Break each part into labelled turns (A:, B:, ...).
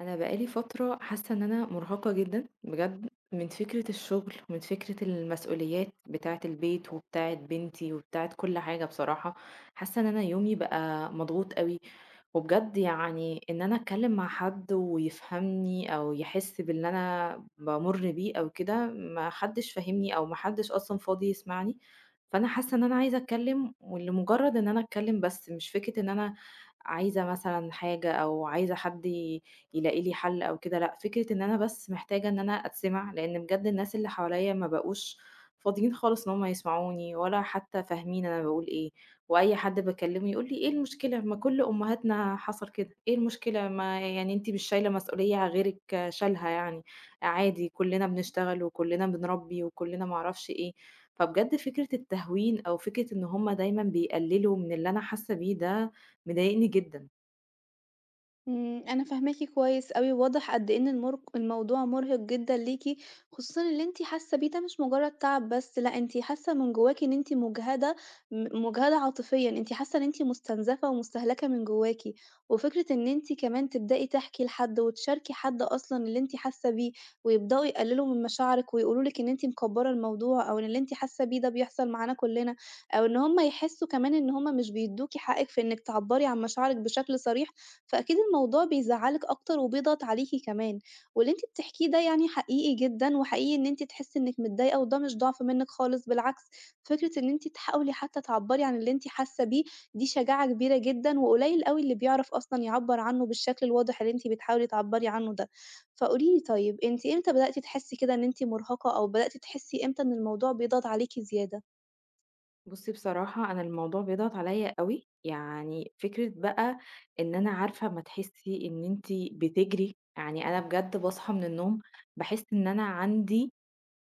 A: انا بقالي فتره حاسه ان انا مرهقه جدا بجد من فكره الشغل ومن فكره المسؤوليات بتاعه البيت وبتاعه بنتي وبتاعه كل حاجه بصراحه. حاسه ان انا يومي بقى مضغوط قوي، وبجد يعني ان انا اتكلم مع حد ويفهمني او يحس باللي انا بمر بيه او كده، ما حدش فاهمني او ما حدش اصلا فاضي يسمعني. فانا حاسه ان انا عايزه اتكلم ولمجرد ان انا اتكلم بس، مش فكره ان انا عايزه مثلا حاجه او عايزه حد يلاقي لي حل أو كده، لأ، فكرة إن أنا بس محتاجة إن أنا أتسمع، لإن بجد الناس اللي حواليّا ما بقوش فاضيين خالص إن هم يسمعوني ولا حتى فاهمين أنا باقول إيه، وأي حد باكلمه يقول لي: "إيه المشكلة؟ ما كل أمهاتنا حصل كده، إيه المشكلة؟ ما يعني أنتِ مش شايلة مسؤولية غيرِك شالها يعني، عادي كلنا بنشتغل وكلنا بنربي وكلنا ما أعرفش إيه." فبجد فكرة التهوين أو فكرة إن هم دايمًا بيقللوا من اللي أنا حاسة بيه ده مضايقني جدًا.
B: أنا فاهماكِ كويس أوي، واضح قد إيه إن المر الموضوع مرهق جدًا ليكِ، خصوصًا اللي أنتِ حاسة بيه ده مش مجرد تعب بس، لأ أنتِ حاسة من جواكِ إن أنتِ مُجهدة، مُجهدة عاطفيًا، أنتِ حاسة إن أنتِ مستنزفة ومستهلكة من جواكِ، وفكرة إن أنتِ كمان تبدئي تحكي لحد وتشاركي حد أصلًا اللي أنتِ حاسة بيه، ويبدأوا يقللوا من مشاعرِك ويقولوا لِك إن أنتِ مكبرة الموضوع، أو إن اللي أنتِ حاسة بيه ده بيحصل معانا كلنا، أو إن هُم يحسوا كمان إن هُم مش بيدوكِ حقِك في إنِك تعبري عن مشاعرِك بشكل صريح. فأكيد الموضوع بيزعّلِك أكتر وبيضغط عليكِ كمان، واللي أنتِ بتحكيه ده يعني حقيقي جدًا، وحقيقي إن أنتِ تحسّي إنِّك متضايقة وده مش ضعف منِّك خالص بالعكس، فكرة إن أنتِ تحاولي حتى تعبّري عن اللي أنتِ حاسة بيه دي شجاعة كبيرة جدًا، وقليل أوي اللي بيعرف أصلًا يعبّر عنه بالشكل الواضح اللي أنتِ بتحاولي تعبّري عنه ده. فقولي لي طيب أنتِ إمتى بدأتِ تحسّي كده إن أنتِ مرهقة، أو بدأتِ تحسّي إمتى إن الموضوع بيضغط عليكِ زيادة؟
A: بُصّي بصراحة، أنا الموضوع بيضغط عليّا أوي، يعني فكرة بقى إن أنا عارفة أمّا تحسّي إن أنتِ بتجري، يعني أنا بجد باصحى من النوم باحس إن أنا عندي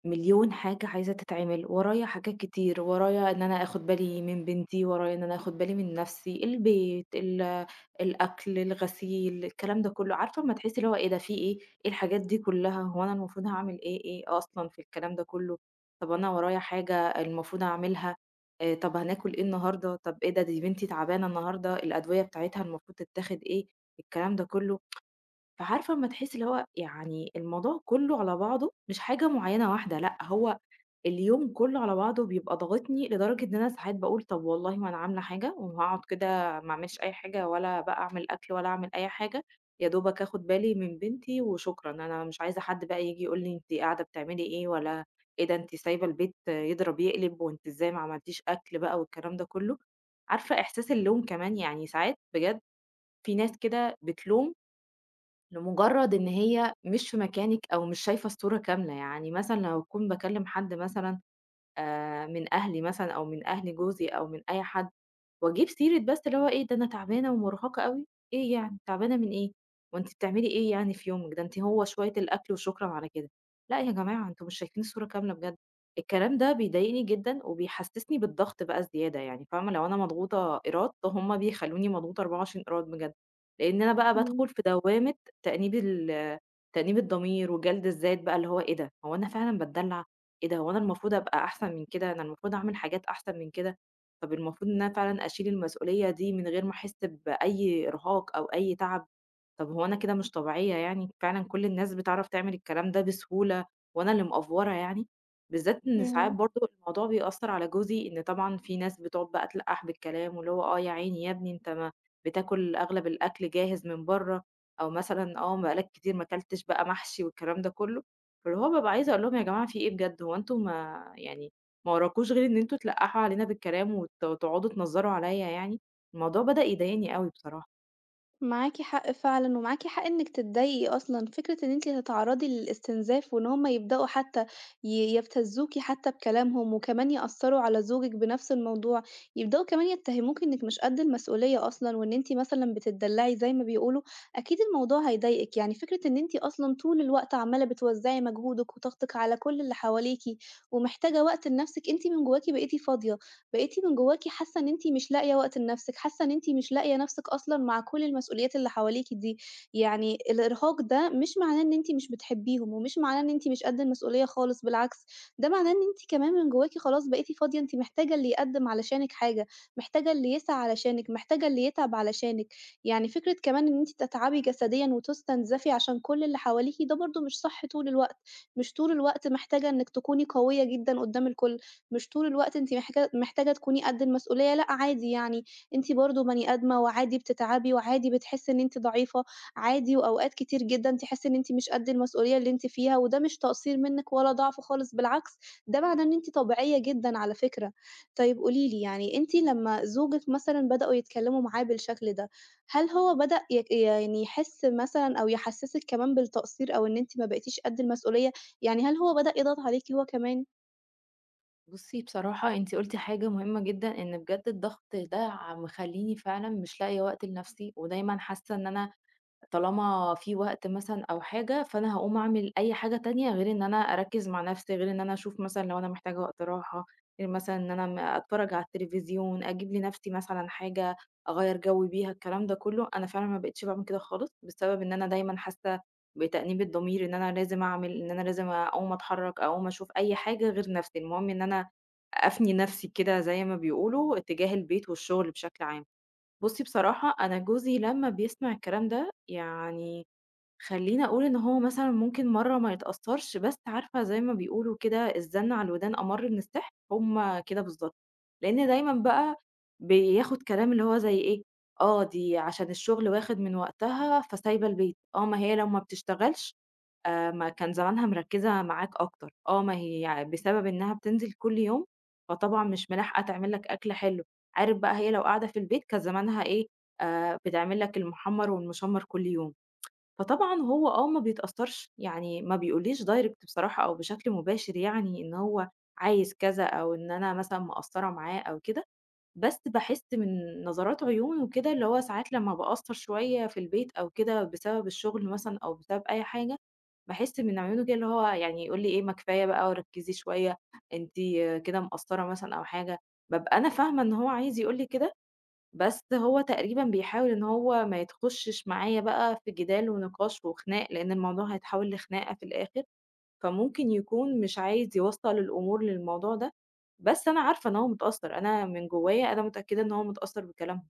A: مليون حاجة عايزة تتعمل، ورايا حاجات كتير، ورايا إن أنا آخُد بالي من بنتي، ورايا إن أنا آخُد بالي من نَفْسي، البيت، الأكل، الغسيل، الكلام ده كُلّه. عارفة أمّا تحسّي اللي هو إيه ده، في إيه، إيه الحاجات دي كُلّها، هو أنا المفروض هاعمل إيه، إيه أصلًا في الكلام ده كُلّه، طَب أنا ورايا حاجة المفروض أعملها، طَب هناكُل إيه النهارده، طَب إيه ده، دي بنتي تعبانة النهارده، الأدوية بتاعتها المفروض تتاخد إيه، الكلام ده كُلّه. فعارفة أمّا تحسّي اللي هو يعني الموضوع كُلّه على بعضه، مش حاجة معيّنة واحدة، لأ، هو اليوم كُلّه على بعضه بيبقى ضاغطني لدرجة إن أنا ساعات باقول طَب والله ما أنا عاملة حاجة وهاقعد كده ما أعملش أي حاجة، ولا بقى أعمل أكل ولا أعمل أي حاجة، يا دوبك آخُد بالي من بنتي وشكرًا. أنا مش عايزة حد بقى ييجي يقول لي أنتِ قاعدة بتعملي إيه، ولا إيه ده أنتِ سايبة البيت يضرب يقلب وأنتِ إزاي ما عملتيش أكل بقى والكلام ده كُلّه. عارفة إحساس اللوم كمان، يعني ساعات بجد في ناس كده بتلوم لمجرد إن هي مش في مكانِك أو مش شايفة الصورة كاملة، يعني مثلًا لو أكون باكلّم حد مثلًا من أهلي مثلًا أو من أهل جوزي أو من أي حد، وأجيب سيرة بس اللي هو إيه، ده أنا تعبانة ومرهقة أوي، إيه يعني تعبانة من إيه؟ وأنتِ بتعملي إيه يعني في يومِك؟ ده أنتِ هو شوية الأكل وشكرًا على كده. لأ يا جماعة، أنتم مش شايفين الصورة كاملة بجد. الكلام ده بيضايقني جدًا وبيحسسني بالضغط بقى زيادة، يعني فاهمة، لو أنا مضغوطة إيراد هم بيخلوني مضغوطة 24 إيراد بجد، لإن أنا بقى
B: إمم،
A: بادخل في دوامة تأنيب ال تأنيب الضمير وجلد الذات بقى، اللي هو إيه ده، هو أنا فعلًا باتدلع؟ إيه ده، هو أنا المفروض أبقى أحسن من كده، أنا المفروض أعمل حاجات أحسن من كده. طب المفروض إن أنا فعلًا أشيل المسؤولية دي من غير ما أحس بأي إرهاق أو أي تعب، طب هو أنا كده مش طبيعية يعني، فعلًا كل الناس بتعرف تعمل الكلام ده بسهولة وأنا اللي مأفورة يعني؟ بالذات إن ساعات
B: إمم.
A: برضه الموضوع بيأثّر على جوزي، إن طبعًا في ناس بتقعد بقى تلقّح بالكلام واللي هو آه يا عيني يا ابني، أنت ما بتاكل أغلب الأكل جاهز من برّه، أو مثلًا آه ما بقالك كتير ما كلتش بقى محشي والكلام ده كلّه، فاللي هو بابقى عايزة أقول لهم يا جماعة في إيه بجد، هو أنتم ما يعني ما وراكوش غير إن أنتم تلقّحوا علينا بالكلام وتقعدوا تنظّروا عليَّ يعني، الموضوع بدأ يضايقني أوي بصراحة.
B: معاكِ حق فعلًا، ومعاكِ حق إنِّك تتضايقي أصلًا، فكرة إن أنتِ تتعرّضي للاستنزاف وإن هُم يبدأوا حتى يبتزّوكِ حتى بكلامهم، وكمان يأثّروا على زوجِك بنفس الموضوع، يبدأوا كمان يتهموكِ إنِّك مش قد المسؤولية أصلًا، وإن أنتِ مثلًا بتتدلّعي زي ما بيقولوا، أكيد الموضوع هيضايقِك، يعني فكرة إن أنتِ أصلًا طول الوقت عمّالة بتوزّعي مجهودِك وطاقتِك على كل اللي حواليكِ، ومحتاجة وقت لنفسِك، أنتِ من جواكِ بقيتِ فاضية، بقيتِ من جواكِ حاسة إن أنتِ مش لاقية وقت لنفسِك، حاسة إن أنتِ مش لاقية نفسِك أصلًا مع كل المسؤوليات اللي حواليكِ دي، يعني الإرهاق ده مش معناه إن أنتِ مش بتحبيهم، ومش معناه إن أنتِ مش قد المسؤولية خالص، بالعكس ده معناه إن أنتِ كمان من جواكِ خلاص بقيتِ فاضية، أنتِ محتاجة اللي يقدّم علشانِك حاجة، محتاجة اللي يسعى علشانِك، محتاجة اللي يتعب علشانِك، يعني فكرة كمان إن أنتِ تتعبي جسديًا وتستنزفي عشان كل اللي حواليكِ ده برضه مش صح طول الوقت، مش طول الوقت محتاجة إنِّك تكوني قوية جدًا قدّام الكل. مش طول الوقت أنتِ محتاجة تكوني قد المسؤولية، لأ عادي يعني، أنتِ برضه بني آدمة وعادي بتتعبي وعادي بتحسّي إن أنتِ ضعيفة، عادي وأوقات كتير جدًا تحسّي إن أنتِ مش قد المسؤولية اللي أنتِ فيها، وده مش تقصير منِّك ولا ضعف خالص بالعكس، ده معناه إن أنتِ طبيعية جدًا على فكرة. طيب قولي لي يعني أنتِ لمّا زوجِك مثلًا بدأوا يتكلّموا معاه بالشكل ده، هل هو بدأ يعني يحس مثلًا أو يحسّسِك كمان بالتقصير أو إن أنتِ ما بقيتيش قد المسؤولية؟ يعني هل هو بدأ يضغط عليكِ هو كمان؟
A: بُصّي بصراحة، أنتِ قُلتِ حاجة مهمة جدًا، إن بجد الضغط ده مخلّيني فعلًا مش لاقية وقت لنفسي، ودايمًا حاسة إن أنا طالما في وقت مثلًا أو حاجة، فأنا هاقوم أعمل أي حاجة تانية غير إن أنا أركّز مع نفسي، غير إن أنا أشوف مثلًا لو أنا محتاجة وقت راحة، غير مثلًا إن أنا أتفرّج على التلفزيون، أجيب لنفسي مثلًا حاجة أغيّر جو بيها، الكلام ده كلّه أنا فعلًا ما بقيتش باعمل كده خالص، بسبب إن أنا دايمًا حاسة بتأنيب الضمير إن أنا لازم أعمل، إن أنا لازم أقوم أتحرّك، أقوم أشوف أي حاجة غير نفسي، المهم إن أنا أفني نفسي كده زي ما بيقولوا، اتجاه البيت والشغل بشكل عام. بُصّي بصراحة، أنا جوزي لمّا بيسمع الكلام ده، يعني خلّيني أقول إن هو مثلًا ممكن مرّة ما يتأثّرش، بس عارفة زي ما بيقولوا كده الزن على الودان أمَرّ من السحر، هم كده بالضبط، لإن دايمًا بقى بياخد كلام اللي هو زي إيه، آه، دي عشان الشغل واخد من وقتها فسايبة البيت، آه، ما هي لو ما بتشتغلش ما كان زمانها مركّزة معاك أكتر، آه ما هي يعني بسبب إنها بتنزل كل يوم، فطبعًا مش ملاحقة تعمل لك أكل حلو، عارف بقى هي لو قاعدة في البيت كان زمانها إيه، بتعمل لك المحمّر والمشمّر كل يوم، فطبعًا هو آه ما بيتأثّرش، يعني ما بيقوليش direct بصراحة، أو بشكل مباشر يعني إن هو عايز كذا أو إن أنا مثلًا مقصّرة معاه أو كده، بس باحس من نظرات عيونه وكده، اللي هو ساعات لمّا باقصّر شوية في البيت أو كده بسبب الشغل مثلًا أو بسبب أي حاجة، باحس من عيونه كده اللي هو يعني يقول لي إيه: "ما كفاية بقى وركّزي شوية، أنتِ كده مقصّرة مثلًا أو حاجة." بابقى أنا فاهمة إن هو عايز يقول لي كده، بس هو تقريبًا بيحاول إن هو ما يتخشّش معايا بقى في جدال ونقاش وخناق، لإن الموضوع هيتحول لخناقة في الآخر، فممكن يكون مش عايز يوصّل الأمور للموضوع ده، بس أنا عارفة إن هو متأثّر، أنا من جوّايا أنا متأكدة إن هو متأثّر بكلامهم.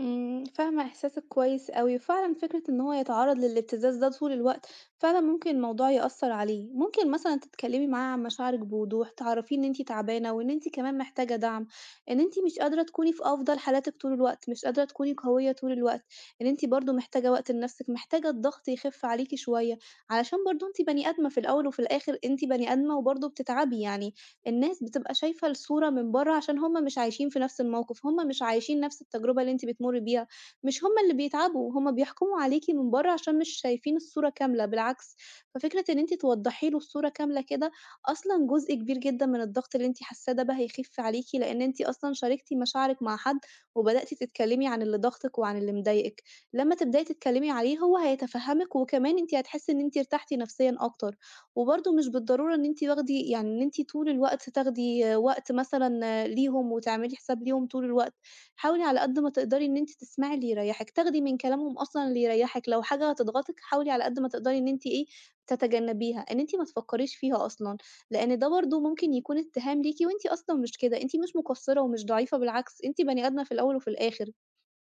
B: فاهمة إحساسِك كويس أوي، وفعلًا فكرة إن هو يتعرّض للابتزاز ده طول الوقت، فعلًا ممكن الموضوع يأثّر عليه، ممكن مثلًا تتكلّمي معاه عن مشاعرِك بوضوح، تعرّفيه إن أنتِ تعبانة وإن أنتِ كمان محتاجة دعم، إن أنتِ مش قادرة تكوني في أفضل حالاتِك طول الوقت، مش قادرة تكوني قوية طول الوقت، إن أنتِ برضه محتاجة وقت لنَفْسِك، محتاجة الضغط يخِف عليكِ شوية، علشان برضه أنتِ بني آدمة في الأول وفي الآخِر أنتِ بني آدمة وبرضه بتتعبي يعني، الناس بتبقى شايفة الصورة من برّه عشان هُم مش عايشين في نفس الموقف، هُم مش عايشين نفس التجربة اللي أنتِ بتمُرّي بيها، مش هُم اللي بيتعبوا، هُم بيحكموا عليكِ من برّه عشان مش شايفين الصورة كاملة، بالعكس. ففكرة إن أنتِ توضّحي له الصورة كاملة كده، أصلًا جزء كبير جدًا من الضغط اللي أنتِ حاسّاه ده بقى هيخِف عليكِ، لإن أنتِ أصلًا شاركتِ مشاعرِك مع حد، وبدأتِ تتكلمي عن اللي ضاغطِك وعن اللي مضايقِك، لمّا تبدئي تتكلمي عليه هو هيتفهّمِك، وكمان أنتِ هتحسّي إن أنتِ ارتحتِ نفسيًا أكتر. وبرضه مش بالضرورة إن أنتِ واخدي يعني إن أنتِ طول الوقت تاخدي وقت مثلًا ليهم وتعملي حساب ليهم طول الوقت، حاولي على قد ما تقدري إن أنتِ تسمعي اللي يريّحِك، تاخدي من كلامهم أصلًا اللي يريّحِك، لو حاجة هتضغطِك حاولي على قد ما تقدري إن أنتِ إيه، تتجنبيها، إن أنتِ ما تفكّريش فيها أصلًا، لإن ده برضه ممكن يكون اتهام ليكِ وأنتِ أصلًا مش كده، أنتِ مش مقصّرة ومش ضعيفة بالعكس، أنتِ بني آدمة في الأول وفي الآخر،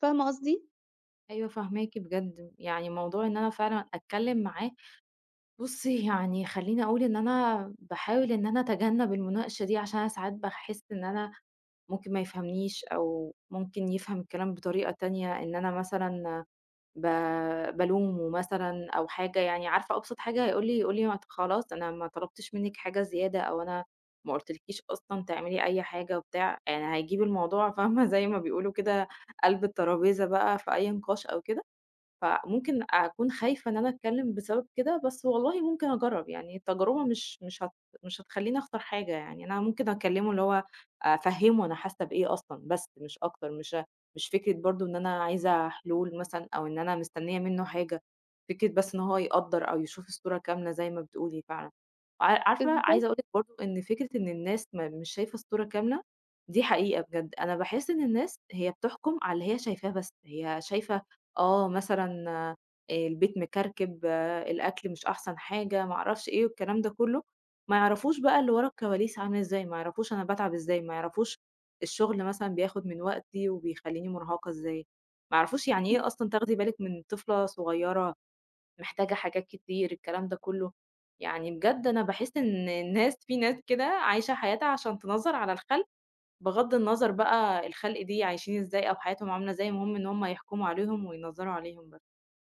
B: فاهمة قصدي؟
A: أيوه فاهماكِ بجد، يعني موضوع إن أنا فعلًا أتكلّم معاه، بُصّي، يعني خلّيني أقول إن أنا باحاول إن أنا أتجنّب المناقشة دي، عشان أنا ساعات باحس إن أنا ممكن ما يفهمنيش أو ممكن يفهم الكلام بطريقة تانية، إن أنا مثلًا ب بالومه مثلًا أو حاجة، يعني عارفة أبسط حاجة هيقول لي، يقول لي: "ما ت خلاص أنا ما طلبتش منِّك حاجة زيادة، أو أنا ما قُلتلكيش أصلًا تعملي أي حاجة." وبتاع، يعني هيجيب الموضوع فاهمة زي ما بيقولوا كده قلب الترابيزة بقى في أي نقاش أو كده. فممكن أكون خايفة إن أنا أتكلم بسبب كده، بس والله ممكن أجرّب، يعني التجربة مش هتخلّيني أخسر حاجة يعني. أنا ممكن أكلّمه اللي هو أفهّمه أنا حاسة بإيه أصلًا بس مش أكتر، مش فكرة برضه إن أنا عايزة حلول مثلًا أو إن أنا مستنية منّه حاجة، فكرة بس إن هو يقدّر أو يشوف الصورة كاملة زي ما بتقولي فعلًا. عارفة
B: بالضبط.
A: عايزة أقول لِك برضه إن فكرة إن الناس ما مش شايفة الصورة كاملة، دي حقيقة بجد. أنا باحس إن الناس هي بتحكم على اللي هي شايفاه بس، هي شايفة آه، مثلًا آه، البيت مكركب، آه، الأكل مش أحسن حاجة، ما أعرفش إيه والكلام ده كلّه، ما يعرفوش بقى اللي ورا الكواليس عامل إزاي، ما يعرفوش أنا باتعب إزاي، ما يعرفوش الشغل مثلًا بياخد من وقتي وبيخلّيني مرهقة إزاي، ما يعرفوش يعني إيه أصلًا تاخدي بالِك من طفلة صغيّرة محتاجة حاجات كتير، الكلام ده كلّه. يعني بجد أنا باحس إن الناس، في ناس كده عايشة حياتها عشان تنظّر على الخلق، بغض النظر بقى الخلق دي عايشين إزاي أو حياتهم عاملة إزاي، المهم إن هم يحكموا عليهم وينظّروا عليهم بس.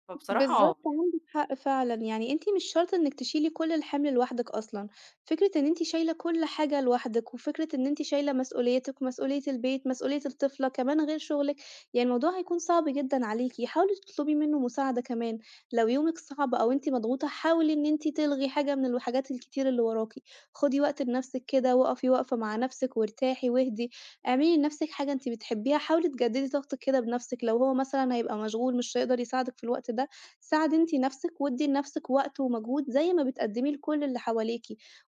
A: فبصراحة آه،
B: بالضبط، عندِك حق فعلًا، يعني أنتِ مش شرط إنِّك تشيلي كل الحِمل لوحدِك أصلًا، فكرة إن أنتِ شايلة كل حاجة لوحدِك، وفكرة إن أنتِ شايلة مسؤوليتِك ومسؤولية البيت، مسؤولية الطفلة، كمان غير شغلِك، يعني الموضوع هيكون صعب جدًا عليكِ، حاولي تطلبي منه مساعدة كمان، لو يومِك صعب أو أنتِ مضغوطة حاولي إن أنتِ تلغي حاجة من الحاجات الكتير اللي وراكِ، خدي وقت لنفسِك كده، وقفي وقفة مع نفسِك وارتاحي واهدي، اعملي لنفسِك حاجة أنتِ بتحبيها، حاولي تجددي طاقتِك كده بنفسِك، لو هو مثلًا هيبقى مشغول مش هيقدر يساعدِك في الوقت ده ساعدي أنتِ نَفْسِك وادّي لنَفْسِك وقت ومجهود زي ما بتقدّميه لكل اللي حواليكِ،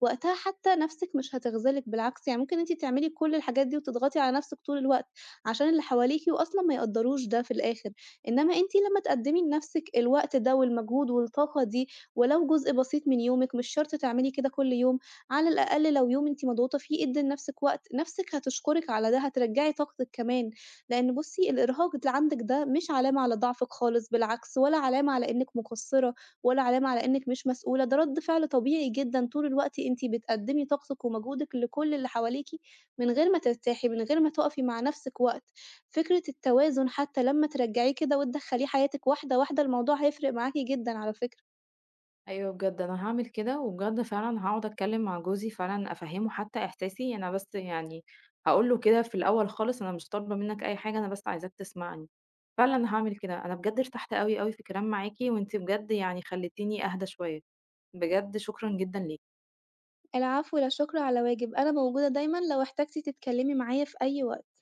B: وقتها حتى نَفْسِك مش هتخذلِك بالعكس، يعني ممكن أنتِ تعملي كل الحاجات دي وتضغطي على نَفْسِك طول الوقت عشان اللي حواليكِ وأصلًا ما يقدّروش ده في الآخر، إنّما أنتِ لمّا تقدّمي لنَفْسِك الوقت ده والمجهود والطاقة دي ولو جزء بسيط من يومِك، مش شرط تعملي كده كل يوم، على الأقل لو يوم أنتِ مضغوطة فيه ادّي لنَفْسِك وقت، نَفْسِك هتشكرِك على ده، هترجّعي طاقتِك كمان. لإن بُصّي، الإرهاق اللي عندِك ده مش علامة على ضعفِك خالص، بالعكس ولا علامة على إنِّك مقصّرة ولا علامة على إنِّك مش مسؤولة، ده رَد فعل طبيعي جدًا، طول الوقت أنتِ بتقدّمي طاقتِك ومجهودِك لكل اللي حواليكِ من غير ما ترتاحي، من غير ما تُقفي مع نَفْسِك وقت. فكرة التوازن حتى لمّا ترجّعيه كده وتدخّليه حياتِك واحدة، واحدة، الموضوع هيفرق معاكِ جدًا على فكرة.
A: أيوه بجد أنا هاعمل كده، وبجد فعلًا هاقعد أتكلّم مع جوزي فعلًا أفهّمه حتى إحساسي، أنا بس يعني هاقول له كده في الأول خالص أنا مش طالبة منّك أي حاجة، أنا بس عايزاك تسمعني. فعلًا هاعمل كده، أنا بجد ارتحت أوي، أوي في الكلام معاكِ، وأنتِ بجد يعني خلّيتيني أهدى شوية، بجد شكرًا جدًا ليكِ.
B: العفو، لا شُكر على واجب، أنا موجودة دايمًا لو احتجتِ تتكلّمي معايا في أي وقت.